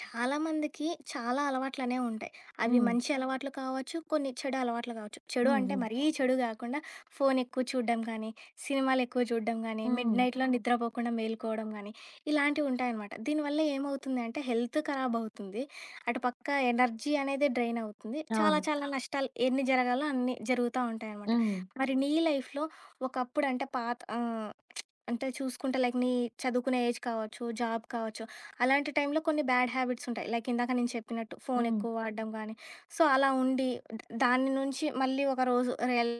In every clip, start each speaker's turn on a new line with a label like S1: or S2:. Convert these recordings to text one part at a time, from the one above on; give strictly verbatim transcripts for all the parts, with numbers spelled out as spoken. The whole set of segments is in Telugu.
S1: చాలా మందికి చాలా అలవాట్లనే ఉంటాయి. అవి
S2: హ్మ్.
S1: మంచి అలవాట్లు కావచ్చు, కొన్ని చెడు అలవాట్లు కావచ్చు. చెడు
S2: హ్మ్.
S1: అంటే
S2: హ్మ్.
S1: మరీ చెడు గాకుండా ఫోన్ ఎక్కువ చూడడం గానీ, సినిమాలెక్కువ చూడడం గానీ, మిడ్
S2: హ్మ్.
S1: నైట్‌లో నిద్రపోకుండా మేలుకోవడం గానీ, ఇలాంటివి ఉంటాయనమాట. దీనివల్ల ఏమవుతుంది అంటే హెల్త్ ఖరాబవుతుంది. అటు పక్క ఎనర్జీ అనేది డ్రైన్ అవుతుంది. చాలా
S2: అవును.
S1: చాలా నష్టాలు ఎన్ని జరగాలో అన్నీ జరుగుతా ఉంటాయనమాట.
S2: హ్మ్.
S1: మరి నీ లైఫ్‌లో ఒకప్పుడు అంటే పాత ఆహ్, అంటే చూసుకుంటే లైక్ నీ చదువుకునే ఏజ్ కావచ్చు, జాబ్ కావచ్చు. అలాంటి టైంలో కొన్ని బ్యాడ్ హ్యాబిట్స్ ఉంటాయి. లైక్ ఇందాక నేను చెప్పినట్టు ఫోన్
S2: హ్మ్.
S1: ఎక్కువ వాడడం గానీ, సో, అలా ఉండి ద దాని నుంచి మళ్ళీ ఒక రోజు రియల్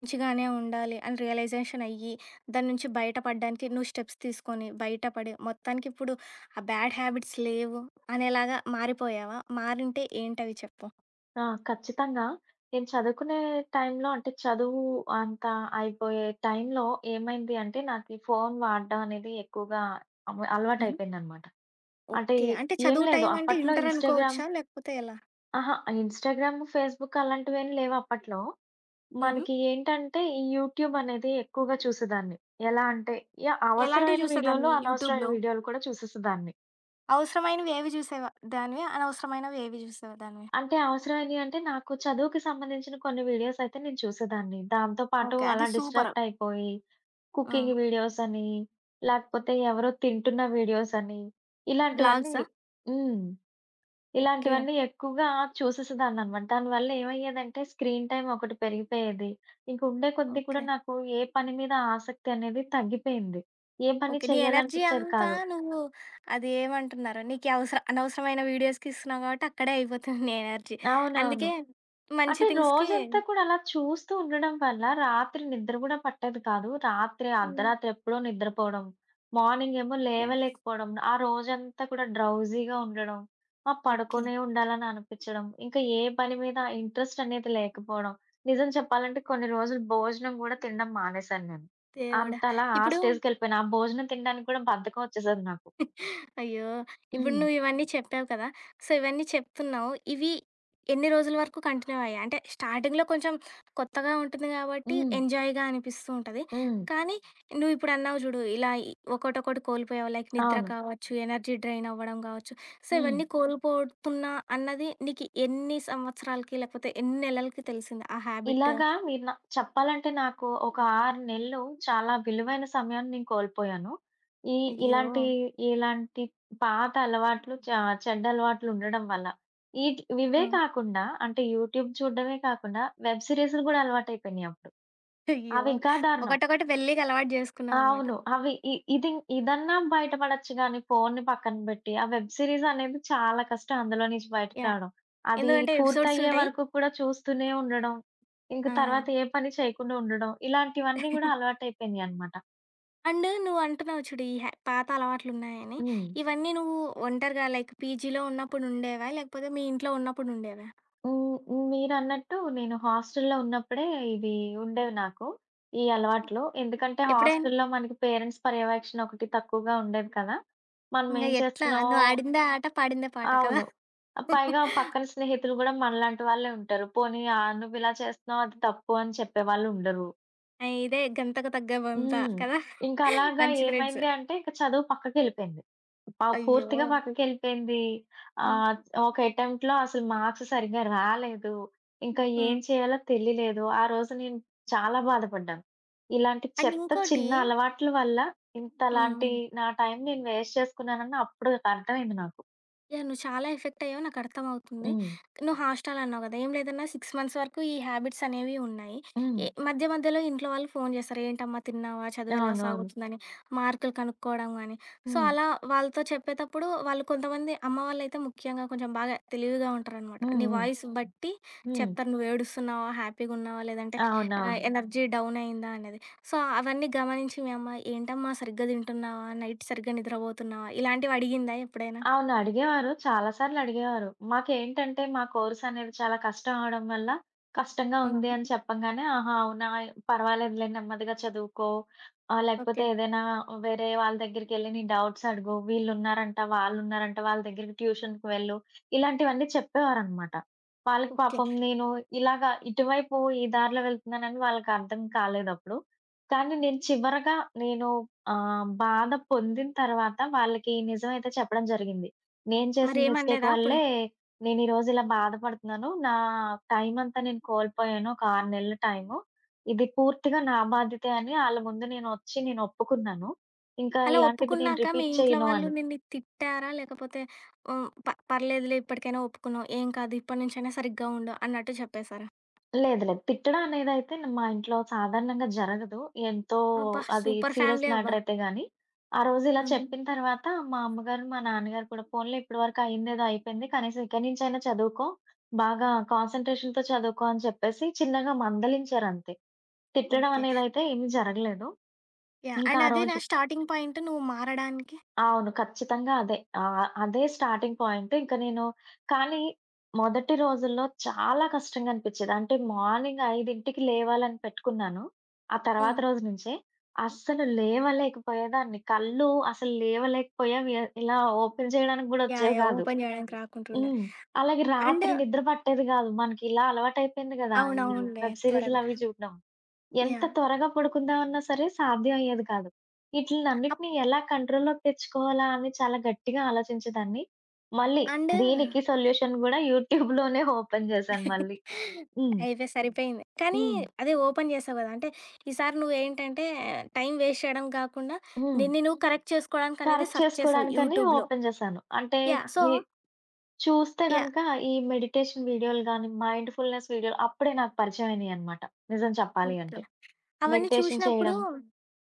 S1: మంచిగానే ఉండాలి అని రియలైజేషన్ అయ్యి, దాని నుంచి బయటపడడానికి నువ్వు స్టెప్స్ తీసుకొని, బయటపడి మొత్తానికి ఇప్పుడు ఆ బ్యాడ్ హ్యాబిట్స్ లేవు అనేలాగా మారిపోయావా? మారింటే ఏంటవి చెప్పు?
S2: ఆ! ఖచ్చితంగా. నేను చదువుకునే టైంలో అంటే చదువు అంత అయిపోయే టైంలో ఏమైంది అంటే, నాకీ ఫోను వాడడం అనేది ఎక్కువగా అమ్
S1: హుహు.
S2: అలవాటయిపోయిందనమాట. అంటే
S1: ఓకే. అంటే
S2: ఏం
S1: చదువు
S2: లేదు
S1: టైం అంటే
S2: అప్పట్లో
S1: ఇంటర్
S2: ఇన్‌స్టాగ్రామ్,
S1: అనుకోవచ్చా? లేకపోతే ఎలా?
S2: అహా! ఇన్‌స్టాగ్రామ్, ఫేస్‌బుక్ అలాంటివేం లేవు అప్పట్లో.
S1: హుహు.
S2: మనకి ఏంటంటే, ఈ యూట్యూబ్ అనేది ఎక్కువగా చూసేదాన్ని. ఎలా అంటే, యాహ్!
S1: ఎలాంటివి
S2: అవసరమైన వీడియోలు,
S1: చూసేదాన్ని
S2: అనవసరమైన
S1: యూట్యూబ్‌లో?
S2: వీడియోలు కూడా చూసేసేదాన్ని.
S1: అవసరమైనవేవి జూసేవా దానివి? అనవసరమైనవేవి జూసేదానివి?
S2: అంటే అవసరమైనయి అంటే, నాకు చదువుకి సంబంధించిన కొన్ని వీడియోస్ అయితే నేను చూసేదాన్ని. దాంతో పాటు
S1: ఓకే.
S2: అలా
S1: అది సూపరు.
S2: డిస్ట్రాక్ట్ అయిపోయి,
S1: హ్మ్.
S2: కుకింగ్ వీడియోస్ అని, లేకపోతే ఎవరో తింటున్న వీడియోస్ అని, ఇలాంటివన్నీ
S1: వ్లాగ్సా?
S2: హ్మ్.
S1: ఓకే.
S2: ఇలాంటివన్నీ ఎక్కువగా చూసేసేదాన్ననమాట. దానివల్ల ఏమయ్యేదంటే, స్క్రీన్ టైమ్ ఒకటి పెరిగిపోయేది. ఇంక ఉండే కొద్దీ కూడా
S1: ఓకే.
S2: నాకు ఏ పని మీద ఆసక్తి అనేది తగ్గిపోయింది. ఏ పని
S1: ఓకే. నీ ఎనర్జీ
S2: చేయాలనిపిచ్చేది
S1: అంతా
S2: కాదు.
S1: నువ్వు అది ఏమంటున్నారు? నీకి అవసర అనవసరమైన వీడియోస్‌కి ఇస్తున్నావు గాబట్టి అక్కడే అయిపోతుంది నీ ఎనర్జీ.
S2: అవునవును.
S1: అందుకే మంచి
S2: అంటే
S1: థింగ్స్‌కి
S2: రోజంతా కూడా అలా చూస్తూ ఉండడం వల్ల రాత్రి నిద్ర గూడా పట్టేది కాదు. రాత్రి
S1: హ్మ్.
S2: అర్ధరాత్రి ఎప్పుడో నిద్రపోవడం. మార్నింగ్ ఏమో
S1: ఓకే.
S2: లేవలేకపోవడం. ఆ రోజంతా కూడా డ్రౌజీగా ఉండడం. ఆ
S1: ఓకే.
S2: పడుకునే ఉండాలని అనిపించడం. ఇంకా ఏ పని మీద ఇంట్రెస్ట్ అనేది లేకపోవడం. నిజం చెప్పాలంటే కొన్ని రోజులు భోజనం గూడా తినడం మానేశాను నేను.
S1: దేవుడా!
S2: అంతలా ఆ
S1: ఇప్పుడు
S2: స్టేజ్‌కెళ్ళిపోయాను. ఆ భోజనం తినడానికి కూడా బద్ధకం వచ్చేసేది నాకు.
S1: అయ్యో! ఇప్పుడు
S2: హ్మ్.
S1: నువ్వు ఇవన్నీ చెప్పావు కదా! సో, ఇవన్నీ చెప్తున్నావు. ఇవి ఎన్ని రోజుల వరకు కంటిన్యూ అయ్యాయి? అంటే స్టార్టింగ్‌లో కొంచెం కొత్తగా ఉంటుంది కాబట్టి
S2: హ్మ్.
S1: ఎంజాయ్‌గా అనిపిస్తూ ఉంటది.
S2: హ్మ్.
S1: కానీ నువ్వు ఇప్పుడు అన్నావు చూడు, ఇలా ఈ- ఒకటొకటి కోల్పోయావు. లైక్ నిద్ర
S2: అవును.
S1: కావచ్చు, ఎనర్జీ డ్రైన్ అవ్వడం కావచ్చు. సో,
S2: హ్మ్.
S1: ఇవన్నీ కోల్పోతున్నా అన్నది నీకు ఎన్ని సంవత్సరాలకి లేకపోతే ఎన్ని నెలలకి తెలిసింది ఆ హ్యాబిట్?
S2: ఇలాగా మీరు నా చెప్పాలంటే నాకు ఒక ఆరు నెలలు చాలా విలువైన సమయాన్ని నేను కోల్పోయాను. ఈ
S1: అయ్యో!
S2: ఇలాంటి, ఇలాంటి పాత అలవాట్లు చ చెడ్డ అలవాట్లు ఉండడం వల్ల. ఈట్
S1: ఆ!
S2: ఇవే కాకుండా అంటే యూట్యూబ్ చూడడమే కాకుండా వెబ్ సీరీస్‌లు గూడా అలవాటయిపోయినాయి అప్పుడు.
S1: అయ్యో!
S2: అవి ఇంకా దారుణం.
S1: ఒకటొకటి మెల్లిగా అలవాటు చేసుకున్నావనమాట.
S2: అవును. అవి ఇ ఇది ఇదన్నా బయటపడొచ్చు గానీ, ఫోన్‌ని పక్కన బెట్టి, ఆ వెబ్ సీరీస్ అనేది చాలా కష్టం అందులో నుంచి బయటకి
S1: యాహ్!
S2: రావడం. అది
S1: ఎందుకంటే ఎపిసోడ్స్
S2: పూర్తయ్యే
S1: ఉంటాయి.
S2: వరకు కూడా చూస్తూనే ఉండడం. ఇంక
S1: ఆ!
S2: తర్వాత ఏ పని చేయకుండా ఉండడం. ఇలాంటివన్నీ గూడా అలవాటయిపోయినియనమాట.
S1: అండ్ నువ్వంటున్నావు చూడు, ఈ హ్యా పాత అలవాట్లున్నాయని.
S2: హ్మ్.
S1: ఇవన్నీ నువ్వు ఒంటరిగా లైక్ పీజీలో ఉన్నప్పుడుండేవా? లేకపోతే మీ ఇంట్లో ఉన్నప్పుడుండేవా?
S2: హ్మ్. మీరన్నట్టు నేను హాస్టల్‌లో ఉన్నప్పుడే ఇవి ఉండేవి నాకు. ఈ అలవాట్లు. ఎందుకంటే
S1: ఎప్పుడైనా?
S2: హాస్టల్‌లో మనకి పేరెంట్స్ పర్యవేక్షణ ఒకటి తక్కువగా ఉండేది కదా! మనం
S1: ఇంగ
S2: ఏం
S1: ఎట్లా?
S2: చేస్తున్నామో
S1: నువ్వు ఆడిందే ఆట, పాడిందే పాట కదా!
S2: అవును. ఆహ్, పైగా పక్కన స్నేహితులు గూడా మనలాంటి వాళ్ళే ఉంటారు. పోనీ ఆహ్, నువ్విలా చేస్తున్నావు అది తప్పు అని చెప్పేవాళ్ళుండరు.
S1: ఆ! ఇదే గంతకు తగ్గ బొంత
S2: హ్మ్.
S1: కదా!
S2: ఇంకా అలాగా
S1: మంచి ఫ్రెండ్స్.
S2: ఏమైంది అంటే ఇక చదువు పక్కకెళ్ళిపోయింది. ప పూర్తిగా
S1: అయ్యో!
S2: పక్కకెళ్ళిపోయింది.
S1: హ్మ్.
S2: ఆహ్, ఒక అటెంప్ట్‌లో అసలు మార్క్స్ సరిగ్గా రాలేదు. ఇంకా ఏం
S1: హ్మ్.
S2: చేయాలో తెలియలేదు. ఆ రోజు నేను చాలా బాధపడ్డాను. ఇలాంటి
S1: అండ్
S2: చెత్త
S1: ఇంకోటి
S2: చిన్న అలవాట్ల వల్ల
S1: హ్మ్.
S2: ఇంతలాంటి
S1: హ్మ్.
S2: నా టైం నేను వేస్ట్ చేసుకున్నానని అప్పుడు అర్థమైంది నాకు.
S1: యాహ్! నువ్వు చాలా ఎఫెక్ట్ అయ్యావు. నాకు అర్థమవుతుంది.
S2: హ్మ్.
S1: నువ్వు హాస్టల్ అన్నావు కదా! ఏం లేదన్నా ఆరు మంత్స్ వరకు ఈ హ్యాబిట్స్ అనేవి ఉన్నాయి.
S2: హ్మ్.
S1: ఎ మధ్య మధ్యలో ఇంట్లో వాళ్ళు ఫోను చేస్తారు. ఏంటమ్మా తిన్నావా? చదువు ఎలా
S2: అవునవును.
S1: సాగుతుందని, మార్కులు కనుక్కోవడం గాని. సో,
S2: హ్మ్.
S1: అలా వాళ్ళతో చెప్పేతప్పుడు వాళ్ళు కొంతమంది అమ్మ వాళ్ళైతే ముఖ్యంగా కొంచెం బాగా తెలివిగా ఉంటారనమాట.
S2: హ్మ్.
S1: నీ
S2: హ్మ్.
S1: వాయిస్ బట్టి
S2: హ్మ్.
S1: చెప్తారు. నువ్వు ఏడుస్తున్నావా? హ్యాపీగా ఉన్నావా? లేదంటే ఆహ్, అవును.
S2: అవునవును.
S1: ఎనర్జీ డౌన్ అయిందా అనేది. సో, అవన్నీ గమనించి మీ అమ్మ ఏంటమ్మా సరిగ్గా తింటున్నావా? నైట్ సరిగ్గా నిద్రపోతున్నావా? ఇలాంటివి అడిగిందా ఎప్పుడైనా?
S2: అవును. అడిగేవారు. చాలా సార్లు అడిగేవారు. మాకేంటంటే మా కోర్స్ అనేది చాలా కష్టం అవడం వల్ల, కష్టంగా
S1: ఆ!
S2: ఉంది అని చెప్పంగానే, "ఆహా! అవునా? పర్వాలేదులే నెమ్మదిగా చదువుకో. ఆహ్, లేకపోతే
S1: ఓకే.
S2: ఏదైనా వేరే వాళ్ళ దగ్గరికెళ్లి నీ డౌట్స్ అడుగు. వీళ్ళున్నారంట, వాళ్ళున్నారంట, వాళ్ళ దగ్గరికి ట్యూషన్‌కి వెళ్ళు." ఇలాంటివన్నీ చెప్పేవారనమాట. వాళ్ళకి
S1: ఓకే.
S2: పాపం నేను ఇలాగా ఇటువైపు ఈ దారిలో వెళ్తున్నానని వాళ్ళకి అర్థం కాలేదప్పుడు. కానీ నేను చివరగా నేను ఆ! బాధ పొందిన తర్వాత వాళ్ళకి నిజమైతే చెప్పడం జరిగింది. నేను చేసిన మిస్టేక్
S1: మరేమనలేదా అప్పుడు?
S2: వల్లే నేనీరోజు ఇలా బాధపడుతున్నాను. నా టైమంతా నేను కోల్పోయాను. ఒక ఆరు నెలల టైము. ఇది పూర్తిగా నా బాధ్యతే అని ఆళ్ళ ముందు నేనొచ్చి నేను ఒప్పుకున్నాను. ఇంకా
S1: అలా
S2: ఇలాంటిది నేను
S1: ఒప్పుకున్నాక మీ
S2: రిపీట్
S1: ఇంట్లో
S2: చేయను
S1: వాళ్ళు
S2: అని.
S1: నిన్ను తిట్టారా? లేకపోతే హ్మ్. ప పర్లేదులే ఇప్పటికైనా ఒప్పుకున్నావు. ఏం కాదు ఇప్పటినుంచైనా సరిగ్గా ఉండు అన్నట్టు చెప్పేసారా?
S2: లేదు. లేదు. తిట్టడం అనేదైతే న్ మా ఇంట్లో సాధారణంగా జరగదు. ఎంతో
S1: అబ్బా!
S2: అది
S1: సూపర్
S2: సీరియస్
S1: ఫ్యామిలీ అబ్బా!
S2: మ్యాటర్ అయితే గాని. ఆ రోజు ఇలా
S1: హుహు.
S2: చెప్పిన తర్వాత మా అమ్మగారు, మా నాన్నగారు కూడా పోన్లే ఇప్పటివరకు అయిందేదో అయిపోయింది. కనీసం ఇక్కడి నుంచైనా చదువుకో. బాగా కాన్సంట్రేషన్‌తో చదువుకో అని చెప్పేసి చిన్నగా మందలించారంతే. తిట్టడం
S1: ఓకే.
S2: అనేదైతే ఏమీ జరగలేదు.
S1: యాహ్!
S2: ఇంకా
S1: అండ్
S2: ఆ
S1: అదేనా
S2: రోజు
S1: స్టార్టింగ్ పాయింట్ నువ్వు మారడానికి?
S2: అవును. ఖచ్చితంగా అదే. ఆహ్, అదే స్టార్టింగ్ పాయింట్. ఇంక నేను కానీ మొదటి రోజుల్లో చాలా కష్టంగా అనిపిచ్చేది. అంటే మార్నింగ్ 5కి లేవాలని పెట్టుకున్నాను. ఆ తర్వాత
S1: హ్మ్.
S2: రోజు నుంచే. అస్సలు లేవలేకపోయేదాన్ని. కళ్ళు అసలు లేవలేకపోయేవి. ఇలా ఓపెన్ చేయడానికి గూడా
S1: యాహ్!
S2: వచ్చేవి
S1: యాహ్!
S2: గాదు.
S1: ఓపెన్ జేయడానికి రాకుంటుండే.
S2: హ్మ్. అలాగే
S1: అండ్
S2: రాత్రి నిద్ర పట్టేది గాదు. మనకిలా అలవాటయిపోయింది గదా! ఈ
S1: అవునవునులే
S2: వెబ్
S1: త్వరగా
S2: సీరీస్‌లవి చూడడం. ఎంత
S1: యాహ్!
S2: త్వరగా పడుకుందామన్నా సరే సాధ్యం అయ్యేది కాదు.
S1: అప్
S2: ఈటిలన్నిటిని ఎలా కంట్రోల్‌లోకి తెచ్చుకోవాలా అని చాలా గట్టిగా ఆలోచించేదాన్ని. మళ్ళీ
S1: అండ్
S2: దీనికి సొల్యూషన్ గూడా యూట్యూబ్‌లోనే ఓపెన్ చేశాను మళ్ళీ. హ్మ్.
S1: అయితే సరిపోయింది. కానీ
S2: హ్మ్.
S1: అదే ఓపెన్ చేసావు గదా! అంటే ఈసారి నువ్వేంటంటే టైమ్ వేస్ట్ చేయడం గాకుండా
S2: హ్మ్.
S1: నిన్ను నువ్వు హ్మ్. కరెక్ట్ చేసుకోవడానికనేది
S2: కరెక్ట్
S1: సెర్చ్ చేసావు
S2: చేసుకోవడానికని
S1: యూట్యూబ్‌లో.
S2: ఓపెన్ చేశాను. అంటే
S1: యాహ్! సో
S2: మీ చూస్తే
S1: యాహ్!
S2: గనక ఈ మెడిటేషన్ వీడియోలు గాని, మైండ్‌ఫుల్‌నెస్ వీడియోలు అప్పుడే నాకు పరిచయం అయినాయన్నమాట. నిజం చెప్పాలి
S1: ఓకే.
S2: అంటే.
S1: అవన్నీ
S2: మెడిటేషన్
S1: చూసినప్పుడు
S2: చేయడం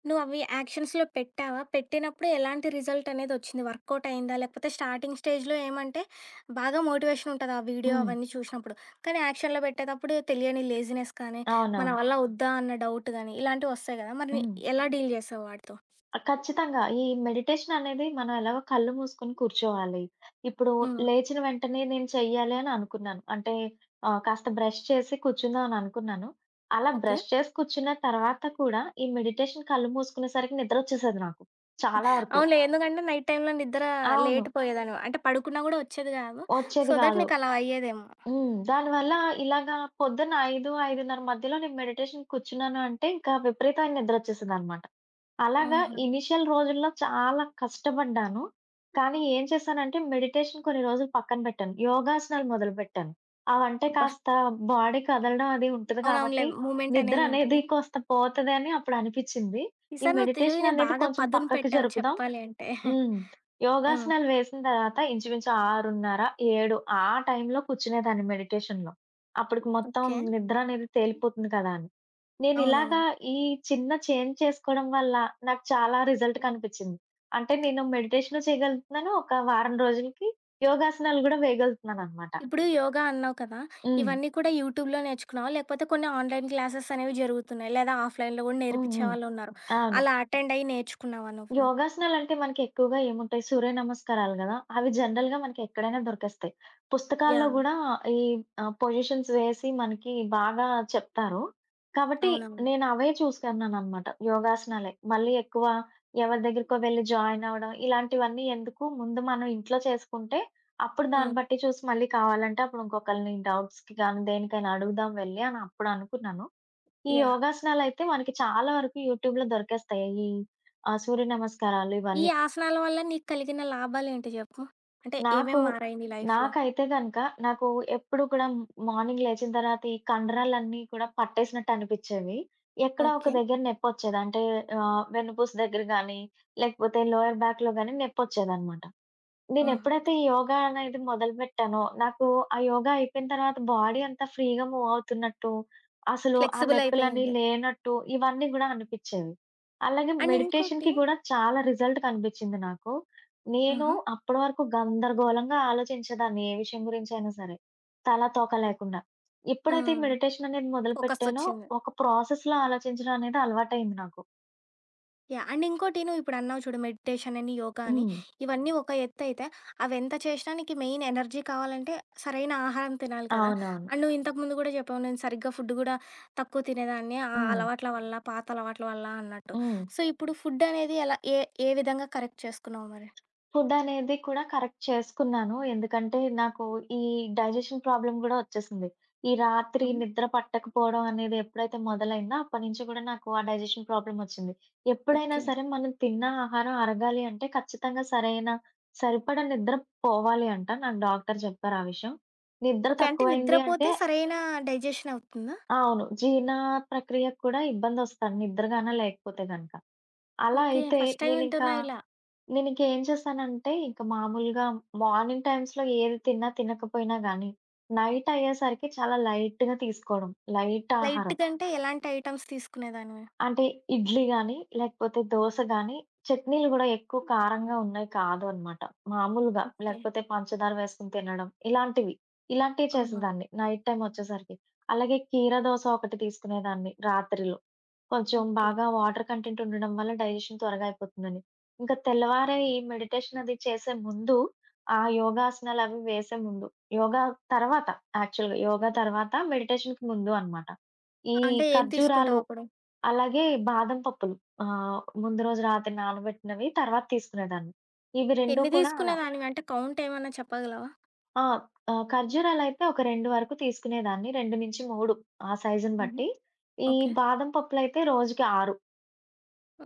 S1: నువ్వవి యాక్షన్స్‌లో పెట్టావా? పెట్టినప్పుడు ఎలాంటి రిజల్ట్ అనేదొచ్చింది? వర్కౌట్ అయిందా? లేకపోతే స్టార్టింగ్ స్టేజ్‌లో ఏమంటే బాగా మోటివేషన్ ఉంటది ఆ వీడియో
S2: హ్మ్.
S1: అవన్నీ చూసినప్పుడు. కానీ యాక్షన్‌లో పెట్టేటప్పుడు తెలియని లేజినెస్ కానీ, మన
S2: అవునవును.
S1: వల్ల వద్దా అన్న డౌట్ గానీ ఇలాంటివొస్తాయి గదా! మరి నీ-
S2: హ్మ్.
S1: ఎలా డీల్ చేసావు వాటితో?
S2: ఆ! ఖచ్చితంగా. ఈ మెడిటేషన్ అనేది మనం ఎలాగో కళ్ళు మూసుకొని కూర్చోవాలి. ఇప్పుడు
S1: హ్మ్.
S2: లేచిన వెంటనే నేను చెయ్యాలి అని అనుకున్నాను. అంటే ఆహ్, కాస్త బ్రష్ చేసి కూర్చుందాం అని అనుకున్నాను. అలా
S1: ఓకే.
S2: బ్రష్ చేసి కూర్చున్న తర్వాత కూడా ఈ మెడిటేషన్ కళ్ళు మూసుకునేసరికి నిద్రొచ్చేసేది నాకు చాలా వరకు.
S1: అవునులే. ఎందుకంటే నైట్ టైమ్‌లో నిద్ర
S2: అవును.
S1: లేట్ పోయేదానివి. అంటే పడుకున్నా గూడా వచ్చేది గాదు. సో
S2: వచ్చేది
S1: దట్
S2: గాదు.
S1: నీకలా అయ్యేదేమో.
S2: హ్మ్. దానివల్ల ఇలాగా పొద్దున్న ఐదు, ఐదున్నర మధ్యలో నేను మెడిటేషన్ కూర్చున్నాను అంటే ఇంకా విపరీతమైన నిద్రొచ్చేసిందనమాట. అలాగా
S1: ఆహా!
S2: ఇనీషియల్ రోజుల్లో చాలా కష్టపడ్డాను. కానీ ఏం చేశానంటే మెడిటేషన్ కొన్ని రోజులు పక్కన పెట్టాను. యోగాసనాలు మొదలుపెట్టాను. అవంటే
S1: అబ్బా!
S2: కాస్త బాడీ కదలడం అది ఉంటది
S1: అవునవునులే.
S2: కాబట్టి
S1: మూమెంట్
S2: నిద్ర
S1: అనేది
S2: అనేది
S1: ఉంటది.
S2: కాస్త పోతదని అప్పుడు అనిపిచ్చింది. ఈ
S1: ఈసారి నువ్వు
S2: మెడిటేషన్
S1: తెలివిని
S2: అనేది
S1: బాగా
S2: కొంచెం
S1: పదును
S2: పక్కకి
S1: పెట్టావు
S2: జరుపుదాం.
S1: చెప్పాలి అంటే.
S2: హ్మ్.
S1: హ్మ్.
S2: యోగాసనాలు వేసిన తర్వాత ఇంచుమించు ఆరున్నర, ఏడు ఆ టైంలో కూర్చునేదాన్ని మెడిటేషన్‌లో. అప్పటికి మొత్తం
S1: ఓకే.
S2: నిద్ర అనేది తేలిపోతుంది కదా అని. నేనిలాగా
S1: అవునవును.
S2: ఈ చిన్న చేంజ్ చేసుకోవడం వల్ల నాకు చాలా రిజల్ట్ కనిపిచ్చింది. అంటే నేను మెడిటేషను చేయగలుగుతున్నాను. ఒక వారం రోజులకి యోగాసనాలు గూడా వేయగలుగుతున్నాననమాట.
S1: ఇప్పుడు యోగా అన్నావు కదా!
S2: హ్మ్.
S1: ఇవన్నీ కూడా యూట్యూబ్‌లో నేర్చుకున్నావా? లేకపోతే కొన్ని ఆన్‌లైన్ క్లాసెస్ అనేవి జరుగుతున్నాయి. లేదా ఆఫ్‌లైన్‌లో గూడా
S2: హ్మ్.
S1: నేర్పించే
S2: హ్మ్.
S1: వాళ్ళున్నారు.
S2: అవును.
S1: అలా అటెండ్ అయ్యి నేర్చుకున్నావా నువ్వు?
S2: యోగాసనాలంటే మనకి ఎక్కువగా ఏముంటాయి, సూర్య నమస్కారాలు గదా! అవి జనరల్‌గా మనకి ఎక్కడైనా దొరికేస్తాయి. పుస్తకాల్లో
S1: యాహ్!
S2: గూడా ఈ ఆహ్, పొజిషన్స్ వేసి మనకి బాగా చెప్తారు. కాబట్టి
S1: అవునవును.
S2: నేను అవే చూసుకున్నాననమాట. యోగాసనాలే. మళ్ళీ ఎక్కువ ఎవరి దగ్గరికో వెళ్లి జాయిన్ అవ్వడం ఇలాంటివన్నీ ఎందుకు, ముందు మనం ఇంట్లో చేసుకుంటే అప్పుడు దాన్ని
S1: హ్మ్.
S2: బట్టి చూసి మళ్ళీ కావాలంటే అప్పుడు ఇంకొకళ్ళని డౌట్స్‌కి గానీ, దేనికైనా అడుగుదాం వెళ్లి అని అప్పుడు అనుకున్నాను. ఈ
S1: యాహ్!
S2: యోగాసనాలయితే మనకి చాలా వరకు యూట్యూబ్‌లో దొరికేస్తాయి. ఈ ఆహ్, సూర్య నమస్కారాలు
S1: ఈ
S2: ఇవన్నీ.
S1: ఆసనాల వల్ల నీకు కలిగిన లాభాలేంటి జెప్పు? అంటే
S2: నాకు
S1: ఏమేం మారాయి నీ లైఫ్‌లో?
S2: నాకైతే గనక నాకు ఎప్పుడు కూడా మార్నింగ్ లేచిన తర్వాత ఈ కండరాలన్నీ కూడా పట్టేసినట్టు అనిపిచ్చేవి. ఎక్కడో ఒక
S1: ఓకే.
S2: దగ్గర నొప్పొచ్చేది. అంటే ఆహ్, వెన్నుపూస దగ్గర గాని, లేకపోతే లోయర్ బ్యాక్‌లో గాని నొప్పొచ్చేదనమాట.
S1: హ్మ్.
S2: నేనెప్పుడైతే యోగా అనేది మొదలుపెట్టానో, నాకు ఆ యోగా అయిపోయిన తర్వాత బాడీ అంతా ఫ్రీగా మూవ్ అవుతున్నట్టు, అసలు ఆ
S1: ఫ్లెక్సిబుల్
S2: నొప్పులని
S1: అయిపోయింది.
S2: లేనట్టు ఇవన్నీ గూడా అనిపిచ్చేవి. అలాగే
S1: అండ్ ఇంకోటి
S2: మెడిటేషన్‌కి గూడా చాలా రిజల్ట్ కనిపిచ్చింది నాకు. నేను
S1: హుహు.
S2: అప్పడి వరకు గందరగోళంగా ఆలోచించేదాన్ని ఏ విషయం గురించైనా సరే. తలా తోక లేకుండా. ఎప్పుడైతే ఈ
S1: హ్మ్.
S2: మెడిటేషన్ అనేది
S1: ఫోకస్
S2: మొదలుపెట్టానో,
S1: ఒచ్చింది.
S2: ఒక ప్రాసెస్‌లో ఆలోచించడం అనేది అలవాటయింది నాకు.
S1: యాహ్! అండ్ ఇంకోటి నువ్విప్పుడన్నావు చూడు మెడిటేషన్ అని, యోగా అని.
S2: హ్మ్.
S1: ఇవన్నీ ఒక ఎత్తయితే అవెంత చేషినా నీకు మెయిన్ ఎనర్జీ కావాలంటే సరైన ఆహారం తినాలి కదా!
S2: అవునవును.
S1: అండ్ నువ్వు ఇంతకు ముందు గూడా జెప్పావు నేను సరిగ్గా ఫుడ్ గూడా తక్కువ తినేదాన్ని. ఆ
S2: హ్మ్.
S1: అలవాట్ల వల్ల, పాత అలవాట్ల వల్ల అన్నట్టు.
S2: హ్మ్.
S1: సో, ఇప్పుడు ఫుడ్ అనేది ఎలా ఏ ఏ విధంగా కరెక్ట్ చేసుకున్నావు మరి?
S2: ఫుడ్ అనేది కూడా కరెక్ట్ చేసుకున్నాను. ఎందుకంటే నాకు ఈ డైజెషన్ ప్రాబ్లమ్ గూడా వచ్చేసింది. ఈ రాత్రి
S1: హుహు.
S2: నిద్ర పట్టకపోవడం అనేది ఎప్పుడైతే మొదలైందో అప్పటి నుంచి గూడా నాకు ఆ డైజెషన్ ప్రాబ్లమ్ వచ్చింది. ఎప్పుడైనా
S1: ఓకే.
S2: సరే మనం తిన్న ఆహారం అరగాలి అంటే ఖచ్చితంగా సరైన సరిపడా నిద్ర పోవాలి అంట. నాకు డాక్టర్ చెప్పారు ఆ విషయం. నిద్ర
S1: ఓకే. అంటే
S2: తక్కువైంది అంటే
S1: నిద్రపోతే సరైన డైజెషన్ అవుతుందా?
S2: అవును. జీర్ణ ప్రక్రియకు కూడా ఇబ్బందొస్తాను నిద్ర గాన లేకపోతే గనక. అలా
S1: ఓకే.
S2: అయితే
S1: ఫస్ట్ టైమ్
S2: నేనింకా
S1: వింటున్నా ఇలా.
S2: నేనింకేం చేశానంటే, ఇంక మామూలుగా మార్నింగ్ టైమ్స్‌లో ఏది తిన్నా, తినకపోయినా గానీ, నైట్ అయ్యేసరికి చాలా లైట్‌గా తీసుకోవడం. లైట్ ఆహారం.
S1: లైట్‌గా అంటే ఎలాంటి ఐటెమ్స్ తీసుకునేదానివి?
S2: అంటే ఇడ్లీ గానీ, లేకపోతే దోస గానీ, చట్నీలు గూడా ఎక్కువ కారంగా ఉన్నయి కాదు అనమాట. మామూలుగా
S1: ఓకే.
S2: లేకపోతే పంచదార వేసుకొని తినడం, ఇలాంటివి. ఇలాంటివి
S1: ఆహా!
S2: చేసేదాన్ని నైట్ టైమ్ ఒచ్చేసరికి. అలాగే కీర దోస ఒకటి తీసుకునేదాన్ని రాత్రిలో. కొంచెం
S1: ఓకే.
S2: బాగా వాటర్ కంటెంట్ ఉండడం వల్ల డైజెషన్ త్వరగా అయిపోతుందని. ఇంకా తెల్లవారే ఈ మెడిటేషన్ అది చేసే ముందు, ఆ యోగాసనాలవి వేసే ముందు, యోగా తర్వాత యాక్చువల్‌గా యోగా తర్వాత మెడిటేషన్‌కి ముందు అనమాట. ఈ
S1: అంటే ఏం
S2: ఖర్జూరాలు,
S1: తీసుకుంటావప్పుడు?
S2: అలాగే బాదం పప్పులు ఆహ్, ముందు రోజు రాత్రి నానబెట్టినవి తర్వాత తీసుకునేదాన్ని. ఇవి 2
S1: ఎన్ని
S2: కూడా అలా
S1: తీసుకునేదానివి? అంటే కౌంట్ ఏమన్నా చెప్పగలవా?
S2: ఆ! ఆహ్, ఖర్జూరాలైతే ఒక రెండు వరకు తీసుకునేదాన్ని. రెండు మూడు ఆ సైజుని
S1: హుహు.
S2: బట్టి. ఈ
S1: ఓకే.
S2: బాదం పప్పులైతే రోజుకి ఆరు.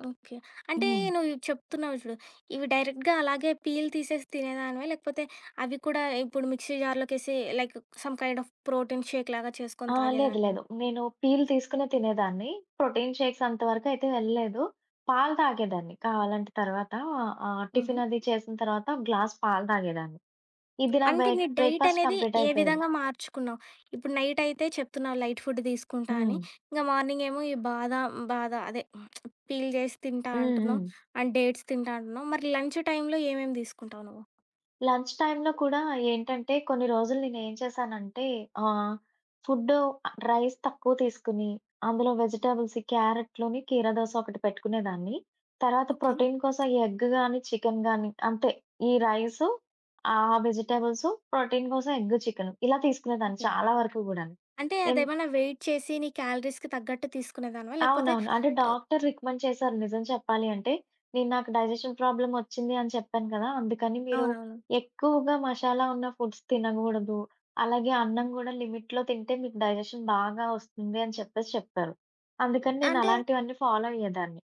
S1: ఓకే. అంటే
S2: హ్మ్.
S1: నువ్వు ఇవి చెప్తున్నావు చూడు. ఇవి డైరెక్ట్‌గా అలాగే పీల్ తీసేసి తినేదానివా? లేకపోతే అవి కూడా ఇప్పుడు మిక్సీ జార్‌లోకేసి like some kind of protein shake లాగా చేసుకొని
S2: ఆ! లేదు.
S1: తాగేదానివా?
S2: లేదు. నేను పీల్ తీసుకునే తినేదాన్ని. ప్రోటీన్ షేక్స్ అంతవరకు అయితే వెళ్ళలేదు. పాలు తాగేదాన్ని కావాలంటే తర్వాత ఆహ్,
S1: ఆహా!
S2: టిఫిన్ అది చేసిన తర్వాత ఒక గ్లాస్ పాలు తాగేదాన్ని. ఇది నా
S1: అంటే
S2: బ్రేక్
S1: నీ డైట్
S2: బ్రేక్‌ఫాస్ట్
S1: అనేది
S2: కంప్లీట్
S1: ఏ
S2: అయిపోయేది.
S1: విధంగా మార్చుకున్నావు? ఇప్పుడు నైట్ అయితే చెప్తున్నావు లైట్ ఫుడ్ తీసుకుంటా అని.
S2: హ్మ్.
S1: ఇంక మార్నింగ్ ఏమో ఈ బాదాం బాద అదే పీల్ చేసి తింటా
S2: హ్మ్.
S1: అంటున్నావు.
S2: హ్మ్.
S1: అండ్ డేట్స్ తింటా అంటున్నావు. మరి లంచ్ టైమ్‌లో ఏమేమి తీసుకుంటావు నువ్వు?
S2: లంచ్ టైమ్‌లో కూడా ఏంటంటే, కొన్ని రోజులు నేనేం చేశానంటే, ఆహ్, ఫుడ్డు ఆహ్, రైస్ తక్కువ తీసుకుని, అందులో వెజిటబుల్స్ క్యారెట్‌లోని కీర దోస ఒకటి పెట్టుకునేదాన్ని. తర్వాత
S1: ఓకే.
S2: ప్రోటీన్ కోసం ఎగ్ గాని, చికెన్ గాని అంతే. ఈ రైసు, ఆ వెజిటబుల్సు, ప్రోటీన్ కోసం ఎగ్, చికెను ఇలా తీసుకునేదాన్ని
S1: ఓకే.
S2: చాలా వరకు గూడాను.
S1: అంటే అదేమన్నా వెయిట్ చేసి నీ క్యాలరీస్‌కి తగ్గట్టు తీసుకునేదానివా? లేకపోతే
S2: అవునవును. అంటే
S1: ఆహ్,
S2: డాక్టర్ రికమెండ్ చేశారు నిజం చెప్పాలి అంటే. నేను నాకు డైజెషన్ ప్రాబ్లమ్ వచ్చింది అని చెప్పాను కదా! అందుకని మీరు
S1: అవునవును.
S2: ఎక్కువగా మసాలా ఉన్న ఫుడ్స్ తినగూడదు. అలాగే అన్నం గూడా లిమిట్‌లో తింటే మీకు డైజెషన్ బాగా వస్తుంది అని చెప్పేసి చెప్పారు. అందుకని నేను
S1: అంటే
S2: అలాంటివన్నీ ఫాలో అయ్యేదాన్ని.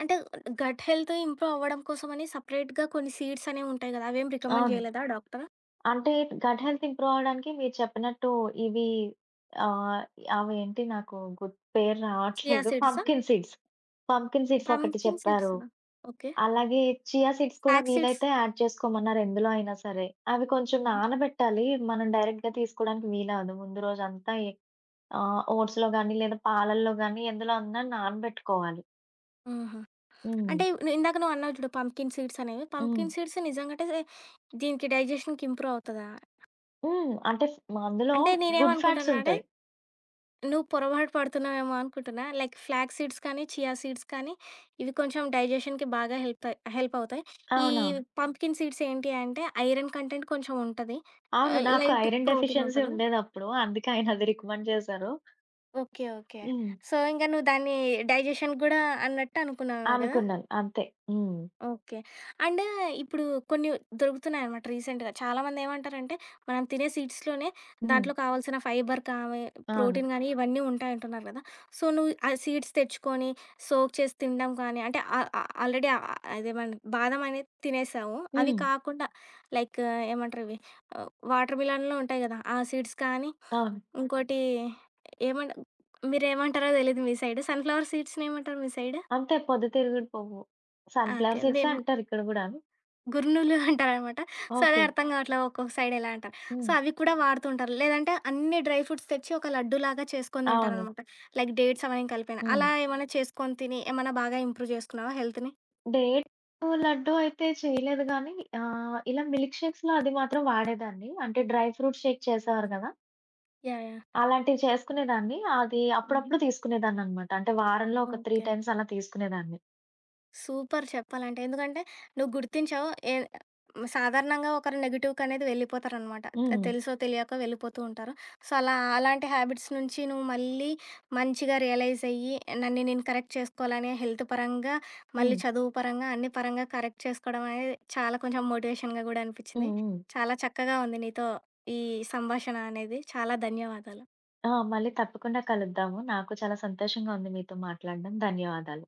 S1: అంటే గట్ హెల్త్ ఇంప్రూవ్ అవ్వడం కోసమని సెపరేట్‌గా కొన్ని సీడ్స్ అనేవి ఉంటాయి కదా! అవేం రికమెండ్
S2: అవును.
S1: చేయలేదా డాక్టర్?
S2: అంటే గట్ హెల్త్ ఇంప్రూవ్ అవ్వడానికి మీరు చెప్పినట్టు ఇవి ఆహ్, అవేంటి నాకు గుర్తు పేరు
S1: చియా
S2: రావట్లేదు.
S1: సీడ్సా?
S2: Pumpkin seeds. పంప్కిన్ సీడ్స్ ఒకటి
S1: పంప్కిన్
S2: చెప్పారు.
S1: సీడ్సా? ఓకే.
S2: అలాగే చియా సీడ్స్ కూడా
S1: ఫ్లాక్స్ సీడ్స్?
S2: వీలైతే యాడ్ చేసుకోమన్నారు ఎందులో అయినా సరే. అవి కొంచెం
S1: హుహు.
S2: నానబెట్టాలి. మనం డైరెక్ట్‌గా తీసుకోవడానికి వీలవ్వదు. ముందు రోజంతా ఎ ఆహ్, ఓట్స్‌లో గానీ, లేదా పాలల్లో గానీ ఎందులో అన్నా నానబెట్టుకోవాలి.
S1: ఆహా!
S2: హ్మ్.
S1: అంటే నువ్వు ఇందాక నువ్వు అన్నావు చూడు పంప్కిన్ సీడ్స్ అనేవి.
S2: హ్మ్.
S1: పంప్కిన్ సీడ్స్ నిజంగంటే సే దీనికి డైజెషన్‌కి ఇంప్రూవ్ అవుతదా?
S2: హ్మ్. అంటే ఫ్ అందులో
S1: అంటే
S2: గుడ్ ఫ్యాట్స్
S1: నేనేమనుకుంటున్నానంటే
S2: ఉంటాయి.
S1: నువ్వు పొరపాటు పడుతున్నావేమో అనుకుంటున్నా. లైక్ ఫ్లాగ్ సీడ్స్ కానీ, చియా సీడ్స్ కానీ ఇవి కొంచెం డైజెషన్‌కి బాగా హెల్ప్ అయ్ హెల్ప్ అవుతాయి. ఈ
S2: అవునవును.
S1: పంప్కిన్ సీడ్స్ ఏంటి అంటే ఐరన్ కంటెంట్ కొంచెం ఉంటది.
S2: అవును.
S1: ఆహ్,
S2: నాకు
S1: లైట్
S2: ఐరన్
S1: ప్రోటీన్
S2: డెఫిషియన్సీ
S1: ఉంటది.
S2: ఉండేదప్పుడు. అందుకే ఆయన అది రికమెండ్ చేశారు.
S1: ఓకే. ఓకే.
S2: హ్మ్.
S1: సో, ఇంక నువ్వు దాన్ని డైజెషన్ గూడా అన్నట్టు అనుకున్నావేమో గదా!
S2: అనుకున్నాను. అంతే. హ్మ్.
S1: ఓకే. అంటే ఇప్పుడు కొన్ని దొరుకుతున్నాయనమాట రీసెంట్‌గా. చాలామంది ఏమంటారంటే, మనం తినే సీడ్స్‌లోనే
S2: హ్మ్.
S1: దాంట్లో కావాల్సిన ఫైబర్ కానీ,
S2: అవును.
S1: ప్రోటీన్ గానీ ఇవన్నీ ఉంటాయంటున్నారు కదా! సో, నువ్వు ఆ సీడ్స్ తెచ్చుకొని సోక్ చేసి తినడం కానీ, అంటే ఆహ్, ఆహ్, ఆల్రెడీ ఆహ్, అదేమన్ బాదం అనేది తినేసావు. అవి
S2: హ్మ్.
S1: కాకుండా లైక్ ఏమంటారు ఇవి ఆహ్, వాటర్ మిలన్‌లో ఉంటాయి కదా! ఆ సీడ్స్ కానీ,
S2: అవును.
S1: ఇంకోటి ఏమంట మీరేమంటారో తెలీదు మీ సైడ్. సన్‌ఫ్లవర్ సీడ్స్‌ని ఏమంటారు మీ సైడ్?
S2: అంతే పొద్దుతిరుగుడు పువ్వు.
S1: ఆ! ఓకే.
S2: సన్‌ఫ్లవర్ సీడ్సే
S1: మేము
S2: అంటారు ఇక్కడ గూడాను.
S1: గుర్నులు అంటారనమాట. సో, అదే
S2: ఓకే.
S1: అర్థం కావట్లే ఒక్కొక్క సైడ్ ఎలా అంటారు. సో,
S2: హ్మ్.
S1: అవి కూడా వాడుతుంటారు. లేదంటే అన్ని డ్రై ఫ్రూట్స్ తెచ్చి ఒక లడ్డూలాగా చేసుకొని
S2: అవును.
S1: తింటారనమాట. లైక్ డేట్స్ అవన్నీ కలిపిన.
S2: హ్మ్.
S1: అలా ఏమన్నా చేసుకొని తిని ఏమన్నా బాగా ఇంప్రూవ్ చేసుకున్నావా హెల్త్‌ని?
S2: డేట్ లడ్డు అయితే చేయలేదు గానీ ఆహ్, ఇలా మిల్క్ షేక్స్‌లో అది మాత్రం వాడేదాన్ని. అంటే డ్రై ఫ్రూట్ షేక్ చేసేవారు గదా!
S1: యాహ్! యాహ్!
S2: అలాంటివి చేసుకునేదాన్ని. అది
S1: హుహు.
S2: అప్పుడప్పుడు తీసుకునేదాన్ననమాట. అంటే వారంలో ఒక మూడు
S1: ఓకే.
S2: టైమ్స్ అలా తీసుకునేదాన్ని.
S1: సూపర్ చెప్పాలంటే. ఎందుకంటే నువ్వు గుర్తించావు. ఏ సాధారణంగా ఒకరు నెగెటివ్‌కి అనేది వెళ్ళిపోతారనమాట.
S2: హ్మ్.
S1: తెలుసో తెలియకో వెళ్ళిపోతూ ఉంటారు. సో, అలా అలాంటి హ్యాబిట్స్ నుంచి నువ్వు మళ్ళీ మంచిగా రియలైజ్ అయ్యి నన్ను నేను కరెక్ట్ చేసుకోవాలని హెల్త్ పరంగా,
S2: హ్మ్.
S1: మళ్ళీ చదువు పరంగా అన్ని పరంగా కరెక్ట్ చేసుకోవడం అనేది చాలా కొంచెం మోటివేషన్‌గా గూడా
S2: హ్మ్.
S1: అనిపిచ్చింది.
S2: హ్మ్.
S1: చాలా చక్కగా ఉంది నీతో ఈ సంభాషణ అనేది. చాలా ధన్యవాదాలు.
S2: ఆ! మళ్ళీ తప్పకుండా కలుద్దాము. నాకు చాలా సంతోషంగా ఉంది మీతో మాట్లాడడం. ధన్యవాదాలు.